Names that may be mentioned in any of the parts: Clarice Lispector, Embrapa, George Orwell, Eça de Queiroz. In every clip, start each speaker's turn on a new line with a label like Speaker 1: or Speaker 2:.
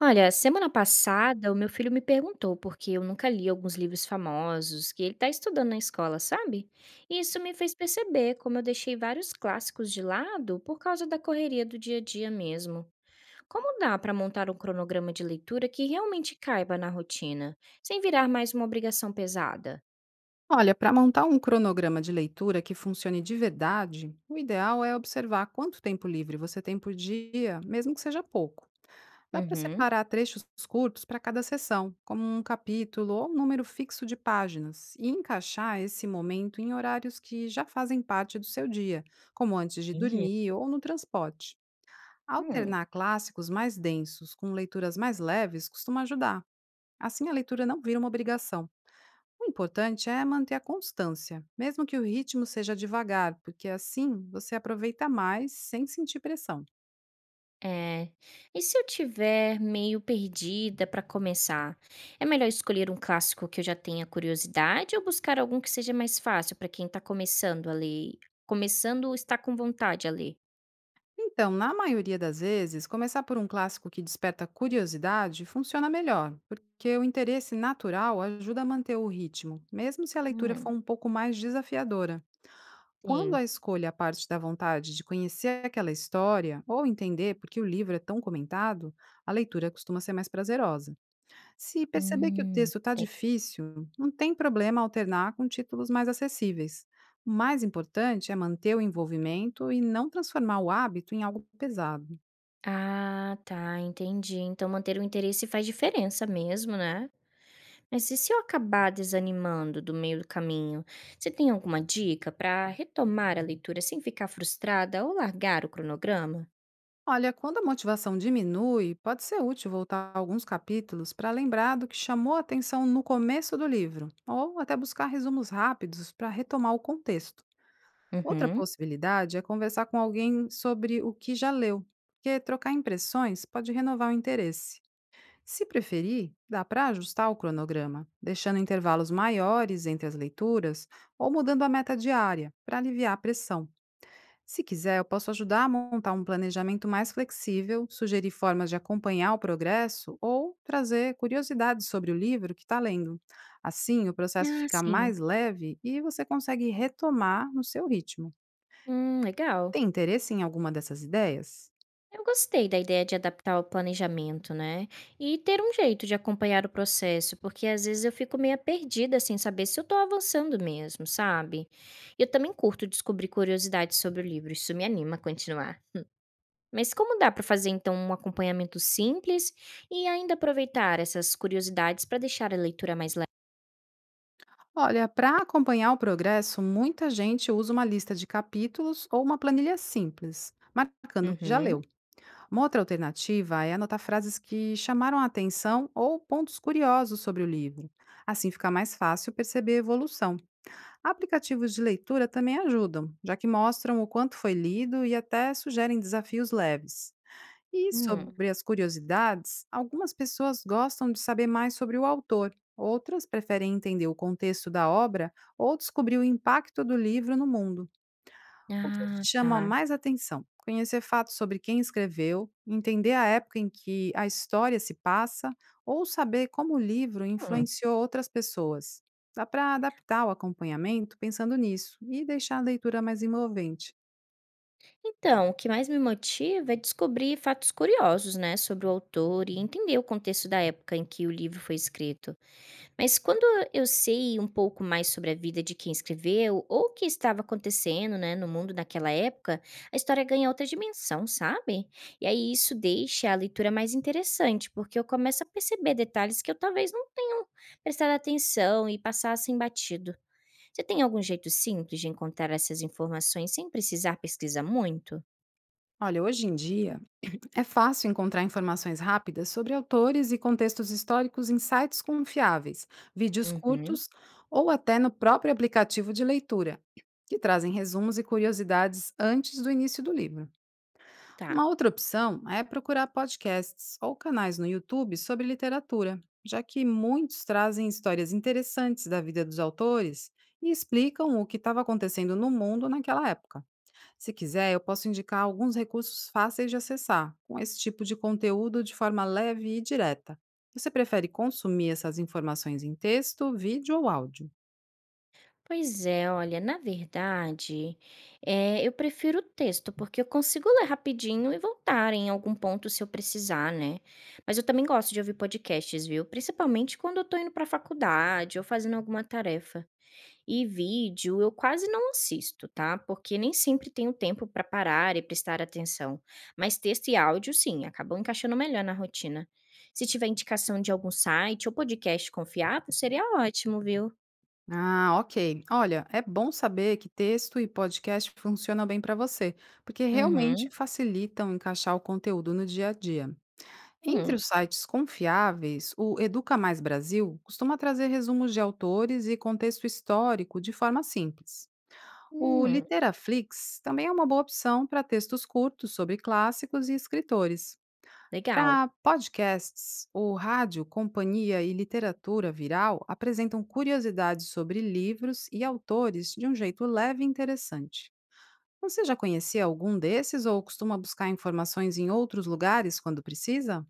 Speaker 1: Olha, semana passada o meu filho me perguntou porque eu nunca li alguns livros famosos que ele está estudando na escola, sabe? E isso me fez perceber como eu deixei vários clássicos de lado por causa da correria do dia a dia mesmo. Como dá para montar um cronograma de leitura que realmente caiba na rotina, sem virar mais uma obrigação pesada?
Speaker 2: Olha, para montar um cronograma de leitura que funcione de verdade, o ideal é observar quanto tempo livre você tem por dia, mesmo que seja pouco. Dá para
Speaker 1: Uhum.
Speaker 2: separar trechos curtos para cada sessão, como um capítulo ou um número fixo de páginas, e encaixar esse momento em horários que já fazem parte do seu dia, como antes de
Speaker 1: Entendi.
Speaker 2: dormir ou no transporte.
Speaker 1: Hum.
Speaker 2: Alternar clássicos mais densos com leituras mais leves costuma ajudar. Assim, a leitura não vira uma obrigação. O importante é manter a constância, mesmo que o ritmo seja devagar, porque assim você aproveita mais sem sentir pressão.
Speaker 1: É. E se eu tiver meio perdida para começar, é melhor escolher um clássico que eu já tenha curiosidade ou buscar algum que seja mais fácil para quem está começando a ler? Começando ou está com vontade a ler?
Speaker 2: Então, na maioria das vezes, começar por um clássico que desperta curiosidade funciona melhor, porque o interesse natural ajuda a manter o ritmo, mesmo se a leitura
Speaker 1: Hum,
Speaker 2: for um pouco mais desafiadora. Quando
Speaker 1: sim.
Speaker 2: a escolha parte da vontade de conhecer aquela história ou entender por que o livro é tão comentado, a leitura costuma ser mais prazerosa. Se perceber que o
Speaker 1: Hum,
Speaker 2: texto está
Speaker 1: tem.
Speaker 2: difícil, não tem problema alternar com títulos mais acessíveis. O mais importante é manter o envolvimento e não transformar o hábito em algo pesado.
Speaker 1: Ah, tá, entendi. Então manter o interesse faz diferença mesmo, né? Mas e se eu acabar desanimando do meio do caminho? Você tem alguma dica para retomar a leitura sem ficar frustrada ou largar o cronograma?
Speaker 2: Olha, quando a motivação diminui, pode ser útil voltar a alguns capítulos para lembrar do que chamou a atenção no começo do livro, ou até buscar resumos rápidos para retomar o contexto. Outra
Speaker 1: Uhum.
Speaker 2: possibilidade é conversar com alguém sobre o que já leu, porque trocar impressões pode renovar o interesse. Se preferir, dá para ajustar o cronograma, deixando intervalos maiores entre as leituras ou mudando a meta diária para aliviar a pressão. Se quiser, eu posso ajudar a montar um planejamento mais flexível, sugerir formas de acompanhar o progresso ou trazer curiosidades sobre o livro que está lendo. Assim, o processo
Speaker 1: Ah,
Speaker 2: fica
Speaker 1: sim.
Speaker 2: mais leve e você consegue retomar no seu ritmo.
Speaker 1: Legal.
Speaker 2: Tem interesse em alguma dessas ideias?
Speaker 1: Eu gostei da ideia de adaptar o planejamento, né? E ter um jeito de acompanhar o processo, porque às vezes eu fico meio perdida sem saber se eu tô avançando mesmo, sabe? Eu também curto descobrir curiosidades sobre o livro, isso me anima a continuar. Mas como dá para fazer então um acompanhamento simples e ainda aproveitar essas curiosidades para deixar a leitura mais leve?
Speaker 2: Olha, para acompanhar o progresso, muita gente usa uma lista de capítulos ou uma planilha simples, marcando o que já
Speaker 1: Uhum.
Speaker 2: leu. Uma outra alternativa é anotar frases que chamaram a atenção ou pontos curiosos sobre o livro. Assim fica mais fácil perceber a evolução. Aplicativos de leitura também ajudam, já que mostram o quanto foi lido e até sugerem desafios leves. E
Speaker 1: Hum.
Speaker 2: sobre as curiosidades, algumas pessoas gostam de saber mais sobre o autor, outras preferem entender o contexto da obra ou descobrir o impacto do livro no mundo. O que
Speaker 1: Ah,
Speaker 2: te chama
Speaker 1: tá.
Speaker 2: mais atenção? Conhecer fatos sobre quem escreveu, entender a época em que a história se passa ou saber como o livro
Speaker 1: Hum.
Speaker 2: influenciou outras pessoas. Dá para adaptar o acompanhamento pensando nisso e deixar a leitura mais envolvente.
Speaker 1: Então, o que mais me motiva é descobrir fatos curiosos, né, sobre o autor e entender o contexto da época em que o livro foi escrito. Mas quando eu sei um pouco mais sobre a vida de quem escreveu ou o que estava acontecendo, né, no mundo naquela época, a história ganha outra dimensão, sabe? E aí isso deixa a leitura mais interessante, porque eu começo a perceber detalhes que eu talvez não tenha prestado atenção e passassem batido. Você tem algum jeito simples de encontrar essas informações sem precisar pesquisar muito?
Speaker 2: Olha, hoje em dia, é fácil encontrar informações rápidas sobre autores e contextos históricos em sites confiáveis, vídeos
Speaker 1: Uhum,
Speaker 2: curtos ou até no próprio aplicativo de leitura, que trazem resumos e curiosidades antes do início do livro.
Speaker 1: tá.
Speaker 2: Uma outra opção é procurar podcasts ou canais no YouTube sobre literatura, já que muitos trazem histórias interessantes da vida dos autores e explicam o que estava acontecendo no mundo naquela época. Se quiser, eu posso indicar alguns recursos fáceis de acessar, com esse tipo de conteúdo de forma leve e direta. Você prefere consumir essas informações em texto, vídeo ou áudio?
Speaker 1: Pois é, olha, na verdade, eu prefiro o texto, porque eu consigo ler rapidinho e voltar em algum ponto se eu precisar, né? Mas eu também gosto de ouvir podcasts, viu? Principalmente quando eu tô indo pra faculdade ou fazendo alguma tarefa. E vídeo eu quase não assisto, tá? Porque nem sempre tenho tempo pra parar e prestar atenção. Mas texto e áudio, sim, acabam encaixando melhor na rotina. Se tiver indicação de algum site ou podcast confiável, seria ótimo, viu?
Speaker 2: Ah, ok. Olha, é bom saber que texto e podcast funcionam bem para você, porque
Speaker 1: Uhum.
Speaker 2: realmente facilitam encaixar o conteúdo no dia a dia. Entre
Speaker 1: Hum,
Speaker 2: os sites confiáveis, o Educa Mais Brasil costuma trazer resumos de autores e contexto histórico de forma simples. O
Speaker 1: hum,
Speaker 2: Literaflix também é uma boa opção para textos curtos sobre clássicos e escritores.
Speaker 1: legal.
Speaker 2: Para podcasts, o Rádio, Companhia e Literatura Viral apresentam curiosidades sobre livros e autores de um jeito leve e interessante. Você já conhecia algum desses ou costuma buscar informações em outros lugares quando precisa?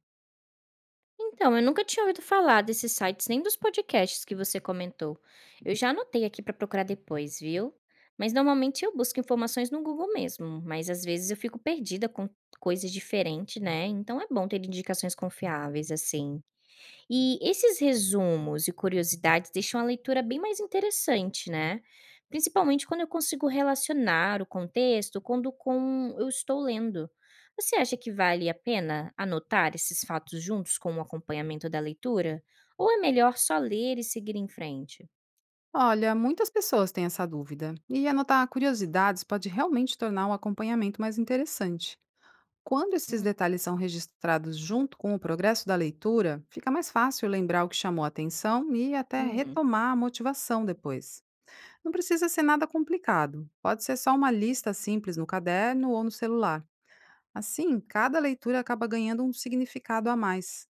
Speaker 1: Então, eu nunca tinha ouvido falar desses sites nem dos podcasts que você comentou. Eu já anotei aqui para procurar depois, viu? Mas normalmente eu busco informações no Google mesmo, mas às vezes eu fico perdida com coisas diferentes, né? Então é bom ter indicações confiáveis assim. E esses resumos e curiosidades deixam a leitura bem mais interessante, né? Principalmente quando eu consigo relacionar o contexto quando com eu estou lendo. Você acha que vale a pena anotar esses fatos juntos com o acompanhamento da leitura? Ou é melhor só ler e seguir em frente?
Speaker 2: Olha, muitas pessoas têm essa dúvida, e anotar curiosidades pode realmente tornar o acompanhamento mais interessante. Quando esses detalhes são registrados junto com o progresso da leitura, fica mais fácil lembrar o que chamou a atenção e até
Speaker 1: Uhum.
Speaker 2: retomar a motivação depois. Não precisa ser nada complicado, pode ser só uma lista simples no caderno ou no celular. Assim, cada leitura acaba ganhando um significado a mais.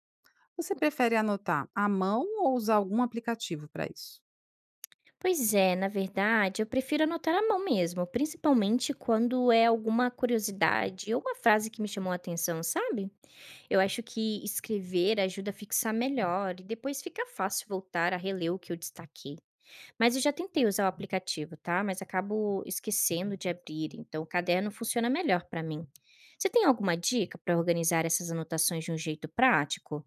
Speaker 2: Você prefere anotar à mão ou usar algum aplicativo para isso?
Speaker 1: Pois é, na verdade, eu prefiro anotar à mão mesmo, principalmente quando é alguma curiosidade ou uma frase que me chamou a atenção, sabe? Eu acho que escrever ajuda a fixar melhor e depois fica fácil voltar a reler o que eu destaquei. Mas eu já tentei usar o aplicativo, tá? Mas acabo esquecendo de abrir, então o caderno funciona melhor para mim. Você tem alguma dica para organizar essas anotações de um jeito prático?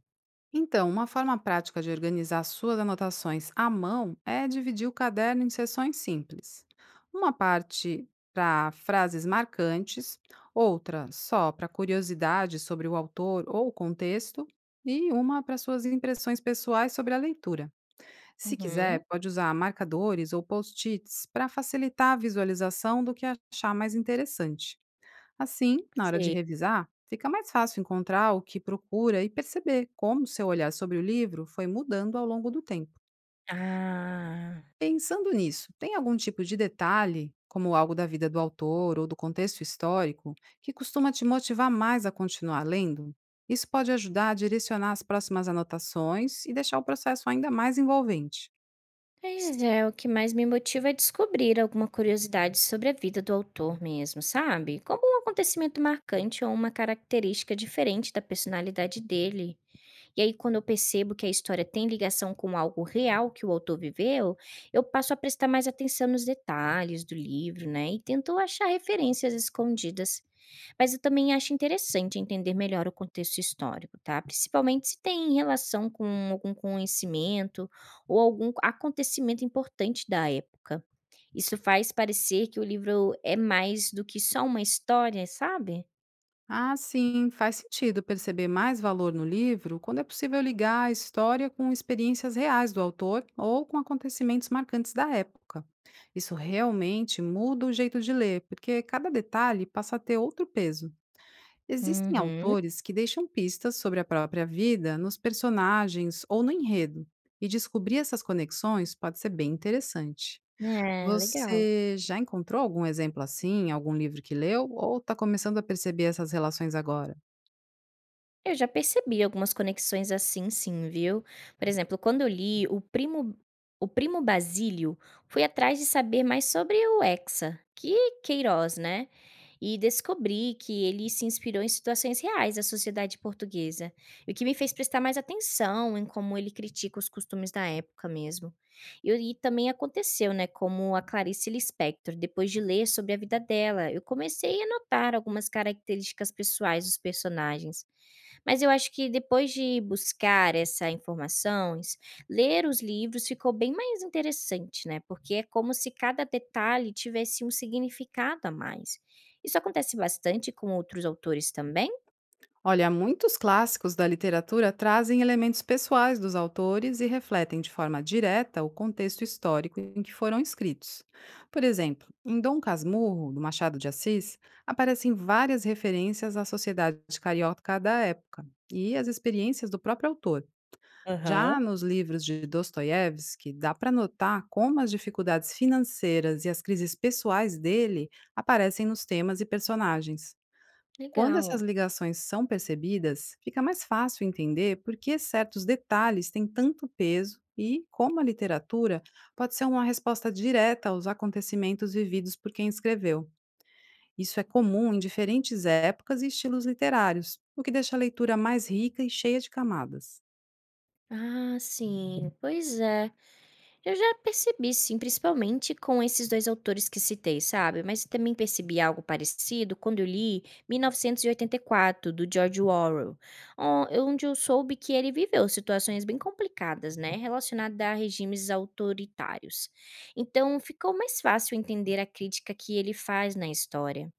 Speaker 2: Então, uma forma prática de organizar suas anotações à mão é dividir o caderno em seções simples. Uma parte para frases marcantes, outra só para curiosidades sobre o autor ou o contexto, e uma para suas impressões pessoais sobre a leitura. Se quiser,
Speaker 1: Uhum.
Speaker 2: pode usar marcadores ou post-its para facilitar a visualização do que achar mais interessante. Assim, na hora de
Speaker 1: Sei.
Speaker 2: revisar, fica mais fácil encontrar o que procura e perceber como seu olhar sobre o livro foi mudando ao longo do tempo.
Speaker 1: Ah.
Speaker 2: Pensando nisso, tem algum tipo de detalhe, como algo da vida do autor ou do contexto histórico, que costuma te motivar mais a continuar lendo? Isso pode ajudar a direcionar as próximas anotações e deixar o processo ainda mais envolvente.
Speaker 1: Pois é, o que mais me motiva é descobrir alguma curiosidade sobre a vida do autor mesmo, sabe? Como um acontecimento marcante ou uma característica diferente da personalidade dele. E aí, quando eu percebo que a história tem ligação com algo real que o autor viveu, eu passo a prestar mais atenção nos detalhes do livro, né? E tento achar referências escondidas. Mas eu também acho interessante entender melhor o contexto histórico, tá? Principalmente se tem relação com algum conhecimento ou algum acontecimento importante da época. Isso faz parecer que o livro é mais do que só uma história, sabe?
Speaker 2: Ah, sim, faz sentido perceber mais valor no livro quando é possível ligar a história com experiências reais do autor ou com acontecimentos marcantes da época. Isso realmente muda o jeito de ler, porque cada detalhe passa a ter outro peso. Existem
Speaker 1: Uhum.
Speaker 2: autores que deixam pistas sobre a própria vida nos personagens ou no enredo, e descobrir essas conexões pode ser bem interessante.
Speaker 1: É, legal.
Speaker 2: Você já encontrou algum exemplo assim, algum livro que leu, ou está começando a perceber essas relações agora?
Speaker 1: Eu já percebi algumas conexões assim sim, viu. Por exemplo, quando eu li o Primo Basílio, fui atrás de saber mais sobre o Hexa, que Queiroz, né, e descobri que ele se inspirou em situações reais da sociedade portuguesa, e o que me fez prestar mais atenção em como ele critica os costumes da época mesmo. E também aconteceu, né, como a Clarice Lispector, depois de ler sobre a vida dela, eu comecei a notar algumas características pessoais dos personagens, mas eu acho que depois de buscar essa informações, ler os livros ficou bem mais interessante, né, porque é como se cada detalhe tivesse um significado a mais. Isso acontece bastante com outros autores também?
Speaker 2: Olha, muitos clássicos da literatura trazem elementos pessoais dos autores e refletem de forma direta o contexto histórico em que foram escritos. Por exemplo, em Dom Casmurro, do Machado de Assis, aparecem várias referências à sociedade carioca da época e às experiências do próprio autor. Já nos livros de Dostoiévski, dá para notar como as dificuldades financeiras e as crises pessoais dele aparecem nos temas e personagens. Quando essas
Speaker 1: Legal.
Speaker 2: ligações são percebidas, fica mais fácil entender por que certos detalhes têm tanto peso e como a literatura pode ser uma resposta direta aos acontecimentos vividos por quem escreveu. Isso é comum em diferentes épocas e estilos literários, o que deixa a leitura mais rica e cheia de camadas.
Speaker 1: Ah, sim, pois é. Eu já percebi sim, principalmente com esses 2 autores que citei, sabe, mas também percebi algo parecido quando eu li 1984, do George Orwell, on onde eu soube que ele viveu situações bem complicadas, né, relacionadas a regimes autoritários. Então ficou mais fácil entender a crítica que ele faz na história.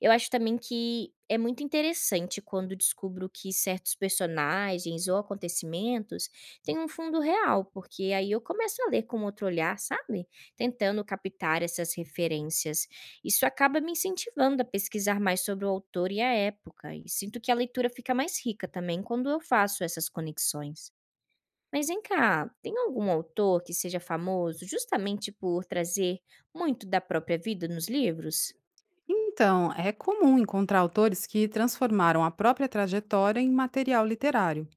Speaker 1: Eu acho também que é muito interessante quando descubro que certos personagens ou acontecimentos têm um fundo real, porque aí eu começo a ler com outro olhar, sabe? Tentando captar essas referências. Isso acaba me incentivando a pesquisar mais sobre o autor e a época, e sinto que a leitura fica mais rica também quando eu faço essas conexões. Mas vem cá, tem algum autor que seja famoso justamente por trazer muito da própria vida nos livros?
Speaker 2: Então, é comum encontrar autores que transformaram a própria trajetória em material literário.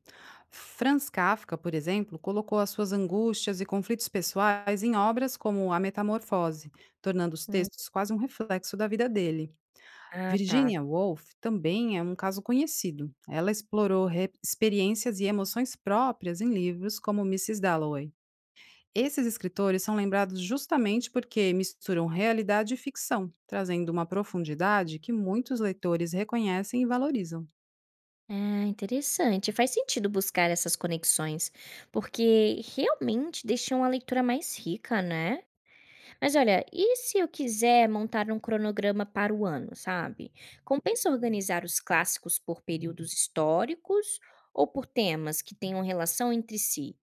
Speaker 2: Franz Kafka, por exemplo, colocou as suas angústias e conflitos pessoais em obras como A Metamorfose, tornando os
Speaker 1: Hum.
Speaker 2: textos quase um reflexo da vida dele.
Speaker 1: Ah, tá.
Speaker 2: Virginia Woolf também é um caso conhecido. Ela explorou experiências e emoções próprias em livros como Mrs. Dalloway. Esses escritores são lembrados justamente porque misturam realidade e ficção, trazendo uma profundidade que muitos leitores reconhecem e valorizam.
Speaker 1: Ah, interessante. Faz sentido buscar essas conexões, porque realmente deixam a leitura mais rica, né? Mas olha, e se eu quiser montar um cronograma para o ano, sabe? Compensa organizar os clássicos por períodos históricos ou por temas que tenham relação entre si?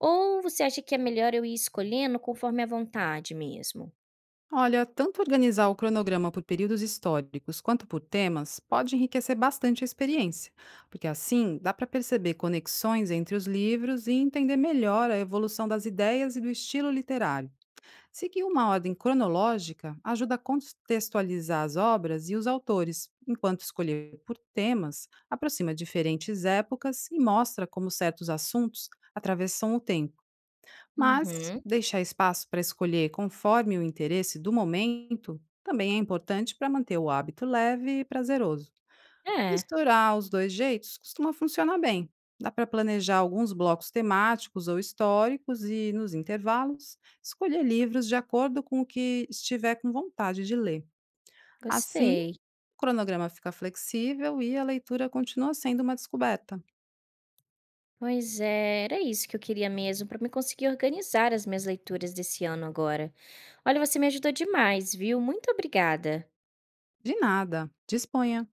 Speaker 1: Ou você acha que é melhor eu ir escolhendo conforme a vontade mesmo?
Speaker 2: Olha, tanto organizar o cronograma por períodos históricos quanto por temas pode enriquecer bastante a experiência, porque assim dá para perceber conexões entre os livros e entender melhor a evolução das ideias e do estilo literário. Seguir uma ordem cronológica ajuda a contextualizar as obras e os autores, enquanto escolher por temas aproxima diferentes épocas e mostra como certos assuntos atravessam o tempo. Mas
Speaker 1: Uhum.
Speaker 2: deixar espaço para escolher conforme o interesse do momento também é importante para manter o hábito leve e prazeroso.
Speaker 1: É,
Speaker 2: Misturar os dois jeitos costuma funcionar bem. Dá para planejar alguns blocos temáticos ou históricos e, nos intervalos, escolher livros de acordo com o que estiver com vontade de ler. Assim,
Speaker 1: gostei.
Speaker 2: o cronograma fica flexível e a leitura continua sendo uma descoberta.
Speaker 1: Pois é, era isso que eu queria mesmo, para me conseguir organizar as minhas leituras desse ano agora. Olha, você me ajudou demais, viu? Muito obrigada.
Speaker 2: De nada, disponha!